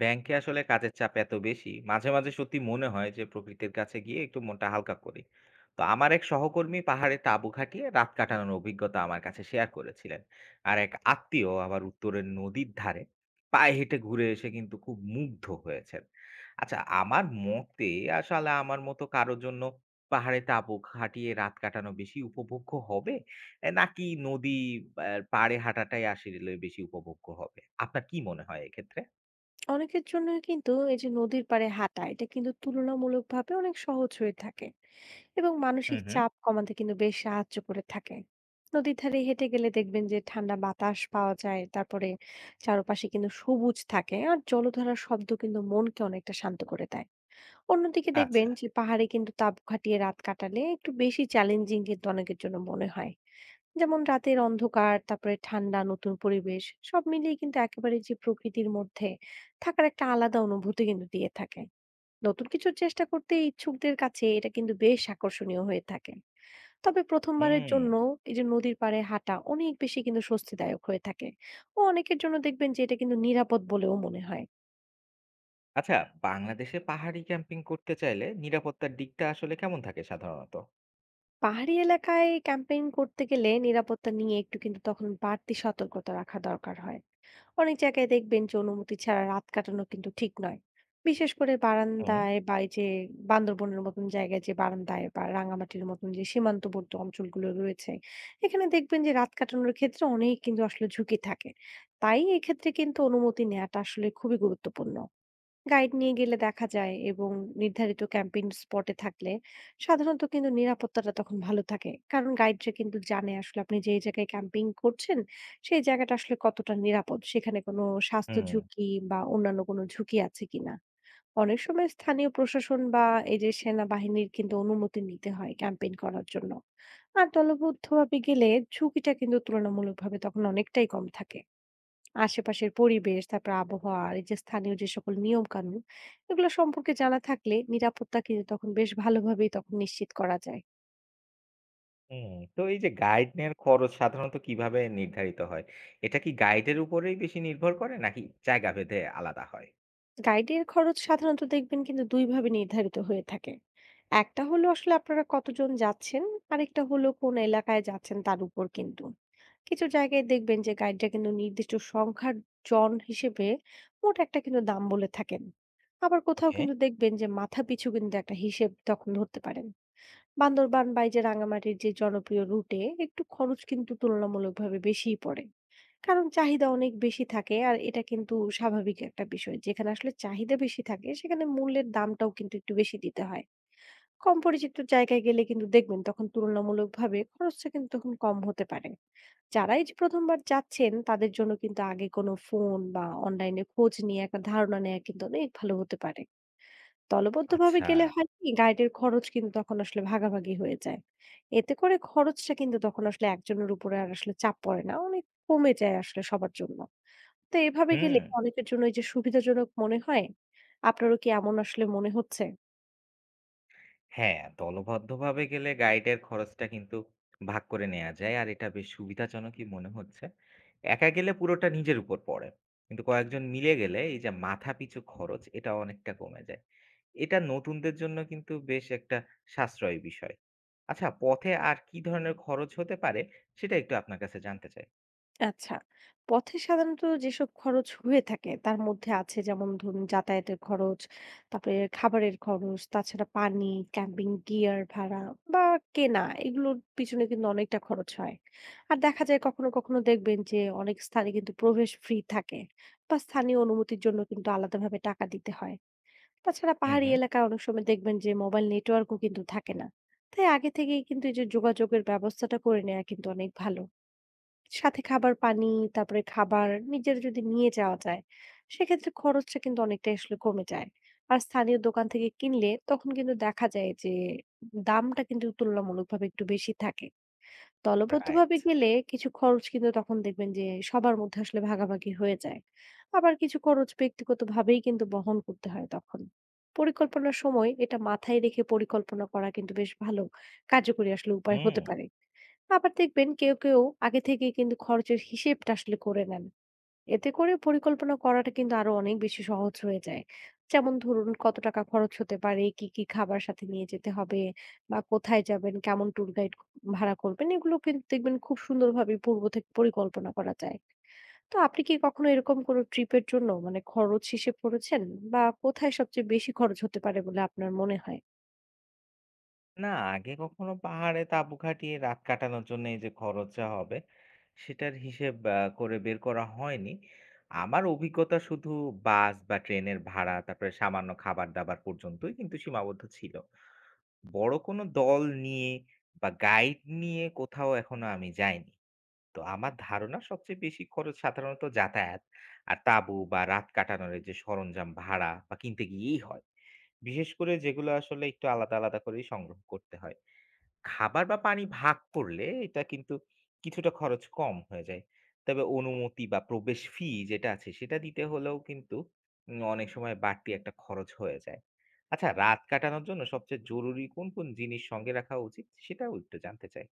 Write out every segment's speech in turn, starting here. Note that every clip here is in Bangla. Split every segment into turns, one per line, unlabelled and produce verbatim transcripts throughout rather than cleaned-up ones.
ব্যাংকে আসলে কাজের চাপ এত বেশি, মাঝে মাঝে সত্যি মনে হয় যে প্রকৃতির কাছে গিয়ে একটু মনটা হালকা করি। তো আমার এক সহকর্মী পাহাড়ে তাঁবু খাটিয়ে রাত কাটানোর অভিজ্ঞতা আমার কাছে শেয়ার করেছিলেন। আর এক আত্মীয় আবার উত্তরের নদীর ধারে পায়ে হেঁটে ঘুরে এসে কিন্তু খুব মুগ্ধ হয়েছেন। আচ্ছা, আমার মতে আসলে আমার মতো কারোর জন্য পাহাড়ে তাঁবু খাটিয়ে রাত কাটানো বেশি উপভোগ্য হবে, এ, নাকি নদী আহ, পাড়ে হাঁটাটাই আসলে বেশি উপভোগ্য হবে? আপনার কি মনে হয় এক্ষেত্রে?
অনেকের জন্য কিন্তু এই যে নদীর পাড়ে হাঁটা এটা কিন্তু তুলনামূলকভাবে অনেক সহজ হয়ে থাকে এবং
হুম,
মানসিক
হুম।
চাপ কমাতে কিন্তু বেশ সাহায্য করে থাকে। নদীর ধারে হেঁটে গেলে দেখবেন যে ঠান্ডা বাতাস পাওয়া যায়, তারপরে চারপাশে কিন্তু সবুজ থাকে আর জলধারার শব্দ কিন্তু মনকে অনেকটা শান্ত করে দেয়। অন্যদিকে দেখবেন
আচ্ছা।
যে পাহাড়ে কিন্তু তাপ খাটিয়ে রাত কাটালে একটু বেশি চ্যালেঞ্জিং কিন্তু অনেকের জন্য মনে হয়। যেমন রাতের অন্ধকার, তারপরে ঠান্ডা, নতুন পরিবেশ সব মিলিয়ে কিন্তু একেবারে যে প্রকৃতির মধ্যে থাকার একটা আলাদা অনুভূতি কিন্তু দিয়ে থাকে। নতুন কিছু চেষ্টা করতে ইচ্ছুকদের কাছে এটা কিন্তু বেশ আকর্ষণীয় হয়ে থাকে। তবে প্রথমবারের জন্য
হুম।
এই যে নদীর পাড়ে হাঁটা অনেক বেশি কিন্তু স্বস্তিদায়ক হয়ে থাকে ও অনেকের জন্য দেখবেন যে এটা কিন্তু নিরাপদ বলেও মনে হয়।
আচ্ছা, বাংলাদেশে পাহাড়ি ক্যাম্পিং করতে চাইলে নিরাপত্তার দিকটা আসলে কেমন থাকে সাধারণত?
পাহাড়ি এলাকায় ক্যাম্পেইন করতে গেলে নিরাপত্তা নিয়ে একটু কিন্তু তখন বাড়তি সতর্কতা রাখা দরকার হয়। অনেক জায়গায় দেখবেন যে অনুমতি ছাড়া রাত কাটানো কিন্তু ঠিক নয়, বিশেষ করে
হুম।
বারান্দায় বা এই যে বান্দরবনের মতন জায়গায়, যে বারান্দায় বা রাঙামাটির মতন যে সীমান্তবর্তী অঞ্চলগুলো রয়েছে, এখানে দেখবেন যে রাত কাটানোর ক্ষেত্রে অনেক কিন্তু আসলে ঝুঁকি থাকে। তাই এক্ষেত্রে কিন্তু অনুমতি নেওয়াটা আসলে খুবই গুরুত্বপূর্ণ। গাইড নিয়ে গেলে দেখা যায় এবং নির্ধারিত ক্যাম্পিং স্পটে থাকলে সাধারণত কিন্তু নিরাপত্তাটা তখন ভালো থাকে, কারণ গাইডরা কিন্তু জানে আসলে আপনি যেই জায়গায় ক্যাম্পিং করছেন সেই জায়গাটা আসলে কতটা নিরাপদ, সেখানে কোনো স্বাস্থ্য
হুম,
ঝুঁকি বা অন্যান্য কোনো ঝুঁকি আছে কিনা। অনেক সময় স্থানীয় প্রশাসন বা এই যে সেনাবাহিনীর কিন্তু অনুমতি নিতে হয় ক্যাম্পেইন করার জন্য। আর দলবদ্ধভাবে গেলে ঝুঁকিটা কিন্তু তুলনামূলকভাবে তখন অনেকটাই কম থাকে। আশেপাশের পরিবেশ, তারপর আবহাওয়া আর এই যে স্থানীয় যে সকল নিয়ম কানুন এগুলো সম্পর্কে জানা থাকলে নিরাপত্তা কিন্তু তখন বেশ ভালোভাবেই তখন নিশ্চিত করা যায়।
হুম। তো এই যে গাইড নেয়ার খরচ সাধারণত কিভাবে নির্ধারিত হয়? এটা কি গাইডের উপরেই বেশি নির্ভর করে, নাকি জায়গা ভেদে আলাদা হয়?
গাইডের খরচ সাধারণত দেখবেন কিন্তু দুই ভাবে নির্ধারিত হয়ে থাকে। একটা হলো আসলে আপনারা কতজন যাচ্ছেন, আরেকটা হলো কোন এলাকায় যাচ্ছেন তার উপর কিন্তু। কিছু জায়গায় দেখবেন যে গাইডরা কিন্তু নির্দিষ্ট সংখ্যার জন হিসেবে মোট একটা কিন্তু দাম বলে থাকেন। আবার কোথাও
ওকে।
কিন্তু দেখবেন যে মাথাপিছু কিন্তু একটা হিসেব তখন ধরতে পারেন। বান্দরবান বা এই যে রাঙামাটির যে জনপ্রিয় রুটে একটু খরচ কিন্তু তুলনামূলকভাবে বেশিই পড়ে, কারণ চাহিদা অনেক বেশি থাকে আর এটা কিন্তু স্বাভাবিক একটা বিষয়, যেখানে আসলে চাহিদা বেশি থাকে সেখানে মূল্যের দামটাও কিন্তু একটু বেশি দিতে হয়। কম পরিচিত জায়গায় গেলে কিন্তু দেখবেন তখন তুলনামূলকভাবে খরচটা কিন্তু তখন কম হতে পারে। যারা এই যে প্রথমবার যাচ্ছেন তাদের জন্য কিন্তু আগে কোনো ফোন বা অনলাইনে খোঁজ নিয়ে একটা ধারণা নেওয়া কিন্তু অনেক ভালো হতে পারে। দলবদ্ধভাবে
আচ্ছা।
গেলে হয় কি, গাইডের খরচ কিন্তু তখন আসলে ভাগাভাগি হয়ে যায়। এতে করে খরচটা কিন্তু তখন আসলে একজনের উপরে আর আসলে চাপ পড়ে না। অনেক কমে যায় আসলে সবার জন্য। তো এভাবে গেলে
হুম।
অনেকের জন্য এই যে সুবিধাজনক মনে হয়, আপনারও কি এমন আসলে মনে হচ্ছে?
হ্যাঁ, দলবদ্ধভাবে গেলে গাইডের খরচটা কিন্তু ভাগ করে নেওয়া যায়। আর এটা বেশ সুবিধাজনকই মনে হচ্ছে। একা গেলে পুরোটা নিজের উপর পড়ে। কিন্তু কয়েকজন মিলে গেলে এই যে মাথাপিছু খরচ, এটা অনেকটা কমে যায়। এটা নতুনদের জন্য কিন্তু বেশ একটা সাশ্রয়ী বিষয়। আচ্ছা, পথে আর কি ধরনের খরচ হতে পারে সেটা একটু আপনার কাছে জানতে চাই।
আচ্ছা। পথে সাধারণত যেসব খরচ হয়ে থাকে তার মধ্যে আছে যেমন ধরুন যাতায়াতের খরচ, তারপরে খাবারের খরচ, তাছাড়া পানি, ক্যাম্পিং গিয়ার ভাড়া বা কেনা, এগুলোর পিছনে কিন্তু অনেকটা খরচ হয়। আর দেখা যায় কখনো, কখনো দেখবেন যে অনেক স্থানে কিন্তু প্রবেশ ফ্রি থাকে বা স্থানীয় অনুমতির জন্য কিন্তু আলাদাভাবে টাকা দিতে হয়। তাছাড়া
হুম,
পাহাড়ি
হুম।
এলাকায় অনেক সময় দেখবেন যে মোবাইল নেটওয়ার্কও কিন্তু থাকে না। তাই আগে থেকেই কিন্তু এই যে যোগাযোগের ব্যবস্থাটা করে নেওয়া কিন্তু অনেক ভালো। সাথে খাবার পানি, তারপরে খাবার নিজেরা যদি নিয়ে যাওয়া যায়, সেক্ষেত্রে খরচটা কিন্তু অনেকটাই আসলে কমে যায়। আর স্থানীয় দোকান থেকে কিনলে তখন কিন্তু দেখা যায় যে দামটা কিন্তু তুলনামূলকভাবে একটু বেশি থাকে।
রাইট।
দলবদ্ধভাবে গেলে কিছু খরচ কিন্তু তখন দেখবেন যে সবার মধ্যে আসলে ভাগাভাগি হয়ে যায়, আবার কিছু খরচ ব্যক্তিগতভাবেই কিন্তু বহন করতে হয় তখন। পরিকল্পনার সময় এটা মাথায় রেখে পরিকল্পনা করা কিন্তু বেশ ভালো কার্যকরী আসলে উপায়
হুম।
হতে পারে। আবার দেখবেন কেউ কেউ আগে থেকে কিন্তু খরচের হিসেবটা আসলে করে নেন, এতে করে পরিকল্পনা করাটা কিন্তু আরো অনেক বেশি সহজ হয়ে যায়। যেমন ধরুন কত টাকা খরচ হতে পারে, কি, কি খাবার সাথে নিয়ে যেতে হবে বা কোথায় যাবেন, কেমন ট্যুর গাইড ভাড়া করবেন, এগুলো কিন্তু দেখবেন খুব সুন্দরভাবে পূর্ব থেকে পরিকল্পনা করা যায়। তো আপনি কি কখনো এরকম কোনো ট্রিপের জন্য মানে খরচ হিসেব করেছেন বা কোথায় সবচেয়ে বেশি খরচ হতে পারে বলে আপনার মনে হয়?
না, আগে কখনো পাহাড়ে তাঁবু খাটিয়ে রাত কাটানোর জন্য এই যে খরচা হবে, সেটার হিসেব আ করে বের করা হয়নি। আমার অভিজ্ঞতা শুধু বাস বা ট্রেনের ভাড়া, তারপরে সামান্য খাবার-দাবার পর্যন্তই কিন্তু সীমাবদ্ধ ছিল। বড় কোনো দল নিয়ে বা গাইড নিয়ে কোথাও এখনো আমি যাইনি। তো আমার ধারণা, সবচেয়ে বেশি খরচ সাধারণত যাতায়াত আর তাঁবু বা রাত কাটানোর এই যে সরঞ্জাম ভাড়া বা কিনতে গিয়েই হয়। বিশেষ করে যেগুলো আসলে একটু আলাদা, আলাদা করেই সংগ্রহ করতে হয়। খাবার বা পানি ভাগ করলে এটা কিন্তু কিছুটা খরচ কম হয়ে যায়। তবে অনুমতি বা প্রবেশ ফি যেটা আছে সেটা দিতে হলেও কিন্তু উম অনেক সময় বাড়তি একটা খরচ হয়ে যায়। আচ্ছা, রাত কাটানোর জন্য সবচেয়ে জরুরি কোন, কোন জিনিস সঙ্গে রাখা উচিত সেটাও একটু জানতে চাই।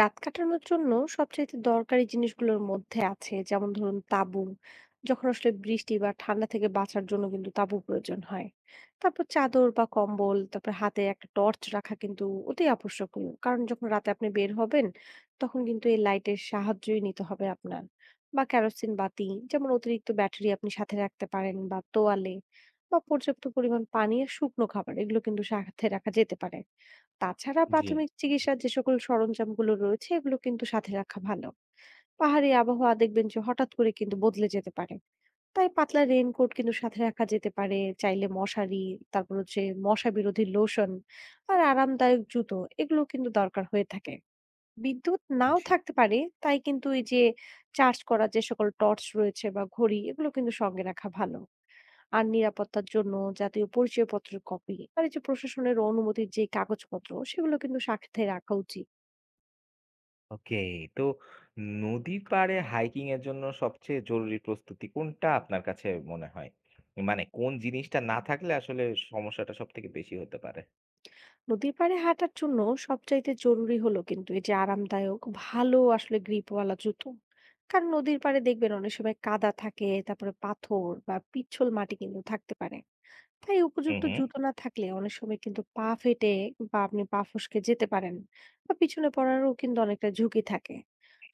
রাত কাটানোর জন্য সবচাইতে দরকারি জিনিসগুলোর মধ্যে আছে যেমন ধরুন তাঁবু, যখন আসলে বৃষ্টি বা ঠান্ডা থেকে বাঁচার জন্য কিন্তু তাঁবু প্রয়োজন হয়। তারপর চাদর বা কম্বল, তারপর হাতে একটা টর্চ রাখা কিন্তু অতি আবশ্যকীয়। কারণ যখন রাতে আপনি বের হবেন তখন কিন্তু এই লাইটের সাহায্যই নিতে হবে আপনার। বা কেরোসিন বাতি, যেমন অতিরিক্ত ব্যাটারি আপনি সাথে রাখতে পারেন বা তোয়ালে বা পর্যাপ্ত পরিমাণ পানি আর শুকনো খাবার এগুলো কিন্তু সাথে রাখা যেতে পারে। তাছাড়া
জি,
প্রাথমিক চিকিৎসার যে সকল সরঞ্জামগুলো রয়েছে এগুলো কিন্তু সাথে রাখা ভালো। পাহাড়ি আবহাওয়া দেখবেন যে হঠাৎ করে কিন্তু বদলে যেতে পারে, তাই পাতলা রেইনকোট কিন্তু সাথে রাখা যেতে পারে, চাইলে মশারি, তারপর হচ্ছে মশা বিরোধী লোশন আর আরামদায়ক জুতো, এগুলো কিন্তু দরকার হয়ে থাকে। বিদ্যুৎ নাও
জি।
থাকতে পারে তাই কিন্তু এই যে চার্জ করার যে সকল টর্চ রয়েছে বা ঘড়ি এগুলো কিন্তু সঙ্গে রাখা ভালো। আর নিরাপত্তার জন্য জাতীয় পরিচয়পত্রের কপি আর এই যে প্রশাসনের অনুমতির যে কাগজপত্র সেগুলো কিন্তু সাথে রাখা উচিত।
ওকে। তো নদীর পাড়ে হাইকিং এর জন্য সবচেয়ে জরুরি প্রস্তুতি কোনটা আপনার কাছে মনে হয়? মানে কোন জিনিসটা না থাকলে আসলে সমস্যাটা সবথেকে বেশি হতে পারে?
নদীর পাড়ে হাঁটার জন্য সবচাইতে জরুরি হলো কিন্তু এই যে আরামদায়ক ভালো আসলে গ্রিপওয়ালা জুতো। কারণ নদীর পাড়ে দেখবেন অনেক সময় কাদা থাকে, তারপরে পাথর বা পিচ্ছল মাটি কিন্তু থাকতে পারে। তাই
হু,
উপযুক্ত
হু।
জুতো না থাকলে অনেক সময় কিন্তু পা ফেটে বা আপনি পা ফসকে যেতে পারেন বা পিছনে পড়ারও কিন্তু অনেকটা ঝুঁকি থাকে।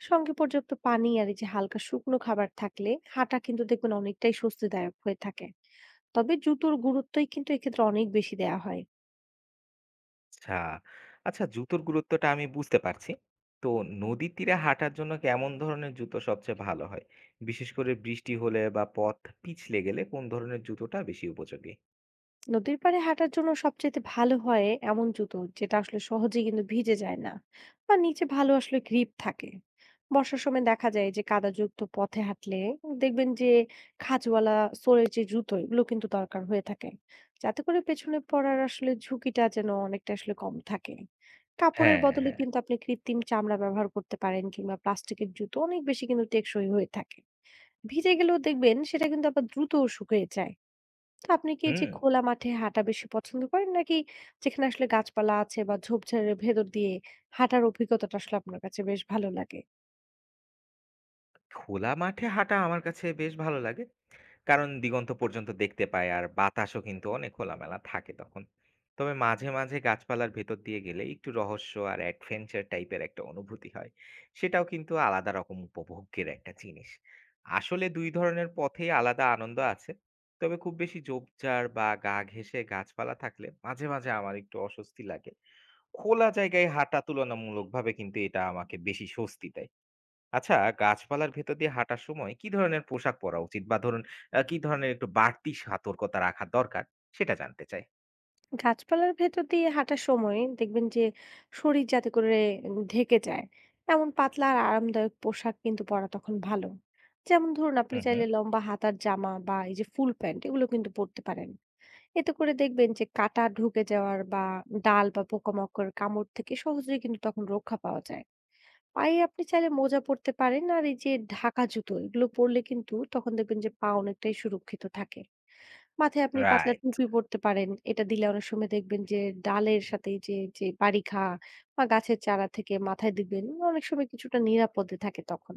সঙ্গে পর্যাপ্ত পানি আর এই যে হালকা শুকনো খাবার থাকলে হাঁটা কিন্তু দেখবেন অনেকটাই স্বস্তিদায়ক হয়ে থাকে। তবে জুতোর গুরুত্বই কিন্তু এক্ষেত্রে অনেক বেশি দেওয়া হয়।
আচ্ছা। আচ্ছা, জুতোর গুরুত্বটা আমি বুঝতে পারছি। তো নদীর তীরে হাঁটার জন্য কেমন ধরনের জুতো সবচেয়ে ভালো হয়? বিশেষ করে বৃষ্টি হলে বা পথ পিছলে গেলে কোন ধরনের জুতোটা বেশি উপযোগী?
নদীর পাড়ে হাঁটার জন্য সবচেয়ে ভালো হয় এমন জুতো যেটা আসলে সহজে কিন্তু ভিজে যায় না বা নিচে ভালো আসলে গ্রিপ থাকে। বর্ষার সময় দেখা যায় যে কাদাযুক্ত পথে হাঁটলে দেখবেন যে খাঁজওয়ালা সোলের যে জুতো এগুলো কিন্তু দরকার হয়ে থাকে, যাতে করে পেছনে পড়ার আসলে ঝুঁকিটা যেন অনেকটা আসলে কম থাকে। কাপড়ের
হ্যাঁ,
বদলে
হ্যাঁ।
কিন্তু আপনি কৃত্রিম চামড়া ব্যবহার করতে পারেন, কিংবা প্লাস্টিকের জুতো অনেক বেশি কিন্তু টেকসই হয়ে থাকে। ভিজে গেলেও দেখবেন সেটা কিন্তু আবার দ্রুত শুকিয়ে যায়। তো আপনি কি যে
হুম,
খোলা মাঠে হাঁটা বেশি পছন্দ করেন? নাকি যেখানে আসলে গাছপালা আছে বা ঝোপঝাড়ের ভেতর দিয়ে হাঁটার অভিজ্ঞতাটা আসলে আপনার কাছে বেশ ভালো লাগে?
খোলা মাঠে হাঁটা আমার কাছে বেশ ভালো লাগে। কারণ দিগন্ত পর্যন্ত দেখতে পায়, আর বাতাসও কিন্তু অনেক খোলামেলা থাকে তখন। তবে মাঝে, মাঝে গাছপালার ভেতর দিয়ে গেলে একটু রহস্য আর অ্যাডভেঞ্চার টাইপের একটা অনুভূতি হয়। সেটাও কিন্তু আলাদা রকম উপভোগ্যের একটা জিনিস। আসলে দুই ধরনের পথেই আলাদা আনন্দ আছে। তবে খুব বেশি ঝোপঝাড় বা গা ঘেঁষে গাছপালা থাকলে মাঝে, মাঝে আমার একটু অস্বস্তি লাগে। খোলা জায়গায় হাঁটা তুলনামূলকভাবে কিন্তু এটা আমাকে বেশি স্বস্তি দেয়। আচ্ছা, গাছপালার ভেতর দিয়ে হাঁটার সময় কি ধরনের পোশাক পরা উচিত? বা ধরুন, আ কি ধরনের একটু বাড়তি সতর্কতা রাখা দরকার সেটা জানতে চাই।
গাছপালার ভেতর দিয়ে হাঁটার সময় দেখবেন যে শরীর যাতে করে ঢেকে যায়, এমন পাতলা আর আরামদায়ক পোশাক কিন্তু পরা তখন ভালো। যেমন ধরুন আপনি
হুম, হুম।
চাইলে লম্বা হাতার জামা বা এই যে ফুল প্যান্ট এগুলো কিন্তু পরতে পারেন। এতে করে দেখবেন যে কাঁটা ঢুকে যাওয়ার বা ডাল বা পোকামাকড়ের কামড় থেকে সহজেই কিন্তু তখন রক্ষা পাওয়া যায়। পায়ে আপনি চাইলে মোজা পরতে পারেন আর এই যে ঢাকা জুতো এগুলো পরলে কিন্তু তখন দেখবেন যে পা অনেকটাই সুরক্ষিত থাকে। মাথায় আপনি পাতলা
রাইট।
টুপি পরতে পারেন, এটা দিলে অনেক সময় দেখবেন যে ডালের সাথে এই যে যে বারিখা বা গাছের চারা থেকে মাথায় দিবেন অনেক সময় কিছুটা নিরাপদে থাকে তখন।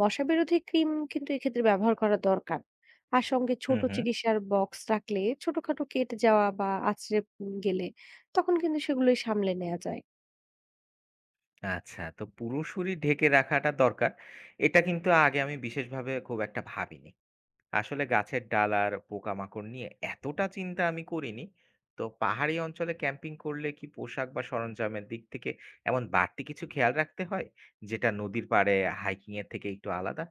মশা বিরোধী ক্রিম কিন্তু এক্ষেত্রে ব্যবহার করা দরকার। আর সঙ্গে ছোট
হুম, হুম।
চিকিৎসার বক্স রাখলে ছোটখাটো কেটে যাওয়া বা আছড়ে উম গেলে তখন কিন্তু সেগুলোই সামলে নেওয়া যায়।
আচ্ছা, তো পুরোপুরি ঢেকে রাখাটা দরকার। এটা কিন্তু আগে আমি বিশেষভাবে খুব একটা ভাবিনি। আসলে গাছের ডাল আর পোকামাকড় নিয়ে এতটা চিন্তা আমি করিনি। তো পাহাড়ি অঞ্চলে ক্যাম্পিং করলে কি পোশাক বা সরঞ্জামের দিক থেকে এমন বাড়তি কিছু খেয়াল রাখতে হয়, যেটা নদীর পাড়ে হাইকিং এর থেকে একটু আলাদা?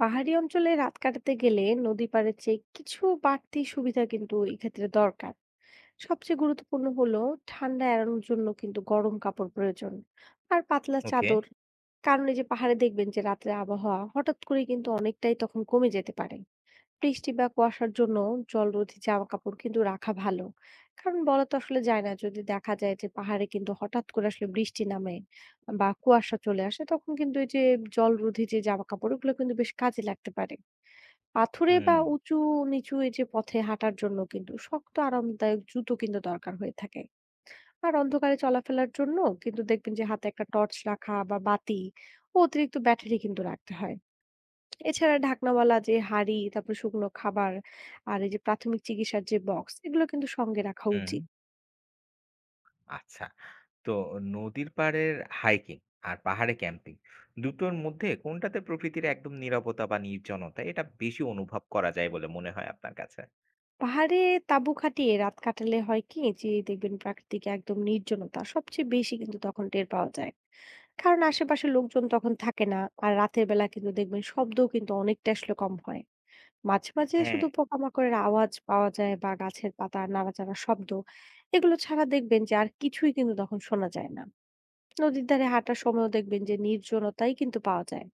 পাহাড়ি অঞ্চলে রাত কাটাতে গেলে নদী পাড়ের চেয়ে কিছু বাড়তি সুবিধা কিন্তু এই ক্ষেত্রে দরকার। সবচেয়ে গুরুত্বপূর্ণ হলো ঠান্ডা এড়ানোর জন্য কিন্তু গরম কাপড় প্রয়োজন আর পাতলা
ওকে।
চাদর। কারণ এই যে পাহাড়ে দেখবেন যে রাতের আবহাওয়া হঠাৎ করে কিন্তু অনেকটাই তখন কমে যেতে পারে। বৃষ্টি বা কুয়াশার জন্য জলরোধী জামা কাপড় কিন্তু রাখা ভালো, কারণ বলা তো আসলে যায় না, যদি দেখা যায় যে পাহাড়ে কিন্তু হঠাৎ করে আসলে বৃষ্টি নামে বা কুয়াশা চলে আসে, তখন কিন্তু এই যে জলরোধী যে জামা কাপড় ওগুলো কিন্তু বেশ কাজে লাগতে পারে। পাথুরে
হুম।
বা উঁচু নিচু এই যে পথে হাঁটার জন্য কিন্তু শক্ত আরামদায়ক জুতো কিন্তু দরকার হয়ে থাকে। আর অন্ধকারে চলাফেরার জন্য কিন্তু দেখবেন যে হাতে একটা টর্চ রাখা বা বাতি ও অতিরিক্ত ব্যাটারি কিন্তু রাখতে হয়। এছাড়া ঢাকনাওয়ালা যে হাঁড়ি, তারপর শুকনো খাবার আর এই যে প্রাথমিক চিকিৎসার যে বক্স, এগুলো কিন্তু সঙ্গে রাখা
হুম,
উচিত।
আচ্ছা। তো নদীর পাড়ের হাইকিং আর পাহাড়ে ক্যাম্পিং, দুটোর মধ্যে কোনটাতে প্রকৃতির একদম নীরবতা বা নির্জনতা এটা বেশি অনুভব করা যায় বলে মনে হয় আপনার কাছে?
পাহাড়ে তাঁবু খাটিয়ে রাত কাটালে হয় কি, যে দেখবেন প্রাকৃতিক একদম নির্জনতা সবচেয়ে বেশি কিন্তু তখন টের পাওয়া যায়। কারণ আশেপাশে লোকজন তখন থাকে না। আর রাতের বেলা কিন্তু দেখবেন শব্দও কিন্তু অনেকটা আসলে কম হয়। মাঝে, মাঝে
হ্যাঁ,
শুধু পোকামাকড়ের আওয়াজ পাওয়া যায় বা গাছের পাতা নাড়াচাড়ার শব্দ, এগুলো ছাড়া দেখবেন যে আর কিছুই কিন্তু তখন শোনা যায় না। নদীর ধারে হাঁটার সময়ও দেখবেন যে নির্জনতাই কিন্তু পাওয়া যায়,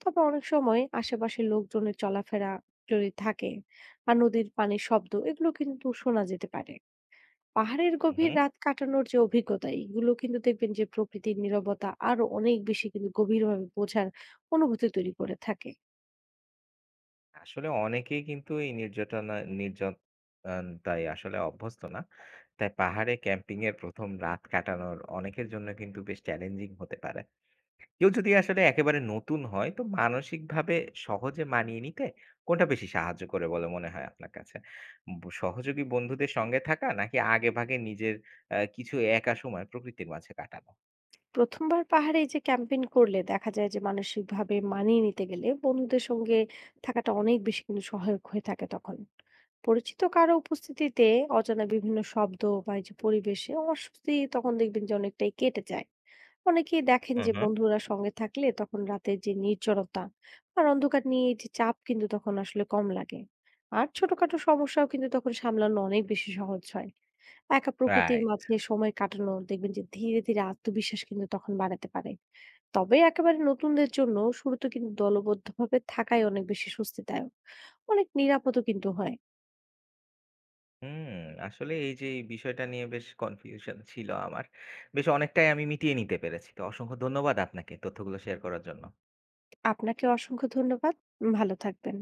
তবে অনেক সময় আশেপাশের লোকজনের চলাফেরা যদি থাকে আর নদীর পানির শব্দ এগুলো কিন্তু শোনা যেতে পারে। পাহাড়ের গভীর
হুম।
রাত কাটানোর যে অভিজ্ঞতা এগুলো কিন্তু দেখবেন যে প্রকৃতির নীরবতা আরো অনেক বেশি কিন্তু গভীরভাবে বোঝার অনুভূতি তৈরি করে থাকে।
আসলে অনেকেই কিন্তু এই নির্যাতনা নির্যাতনতায় আসলে অভ্যস্ত না। তাই পাহাড়ে ক্যাম্পিং এর প্রথম রাত কাটানোর অনেকের জন্য কিন্তু বেশ চ্যালেঞ্জিং হতে পারে। কেউ যদি আসলে একেবারে নতুন হয়, তো মানসিকভাবে সহজে মানিয়ে নিতে কোনটা বেশি সাহায্য করে বলে মনে হয় আপনার কাছে? ব সহযোগী বন্ধুদের সঙ্গে থাকা, নাকি আগেভাগে নিজের আ কিছু একা সময় প্রকৃতির মাঝে কাটানো?
প্রথমবার পাহাড়ে এই যে ক্যাম্পিং করলে দেখা যায় যে মানসিকভাবে মানিয়ে নিতে গেলে বন্ধুদের সঙ্গে থাকাটা অনেক বেশি কিন্তু সহায়ক হয়ে থাকে তখন। পরিচিত কারো উপস্থিতিতে অজানা বিভিন্ন শব্দ বা এই যে পরিবেশে অস্বস্তি তখন দেখবেন যে অনেকটাই কেটে যায়। অনেকেই দেখেন
হু,
যে
হু।
বন্ধুরা সঙ্গে থাকলে তখন রাতের যে নির্জনতা আর অন্ধকার নিয়ে এই যে চাপ কিন্তু তখন আসলে কম লাগে। আর ছোটখাটো সমস্যাও কিন্তু তখন সামলানো অনেক বেশি সহজ হয়। একা প্রকৃতির
রাইট।
মাঝে সময় কাটানো দেখবেন যে ধীরে ধীরে আত্মবিশ্বাস কিন্তু তখন বাড়াতে পারে। তবে একেবারে নতুনদের জন্য শুরুতে কিন্তু দলবদ্ধভাবে থাকাই অনেক বেশি স্বস্তিদায়ক, অনেক নিরাপদও কিন্তু হয়।
হুম, আসলে এই যে এই বিষয়টা নিয়ে বেশ কনফিউশন ছিল আমার। বেশ অনেকটাই আমি মিটিয়ে নিতে পেরেছি। তো অসংখ্য ধন্যবাদ আপনাকে তথ্যগুলো শেয়ার করার জন্য।
আপনাকে অসংখ্য ধন্যবাদ। ভালো থাকবেন।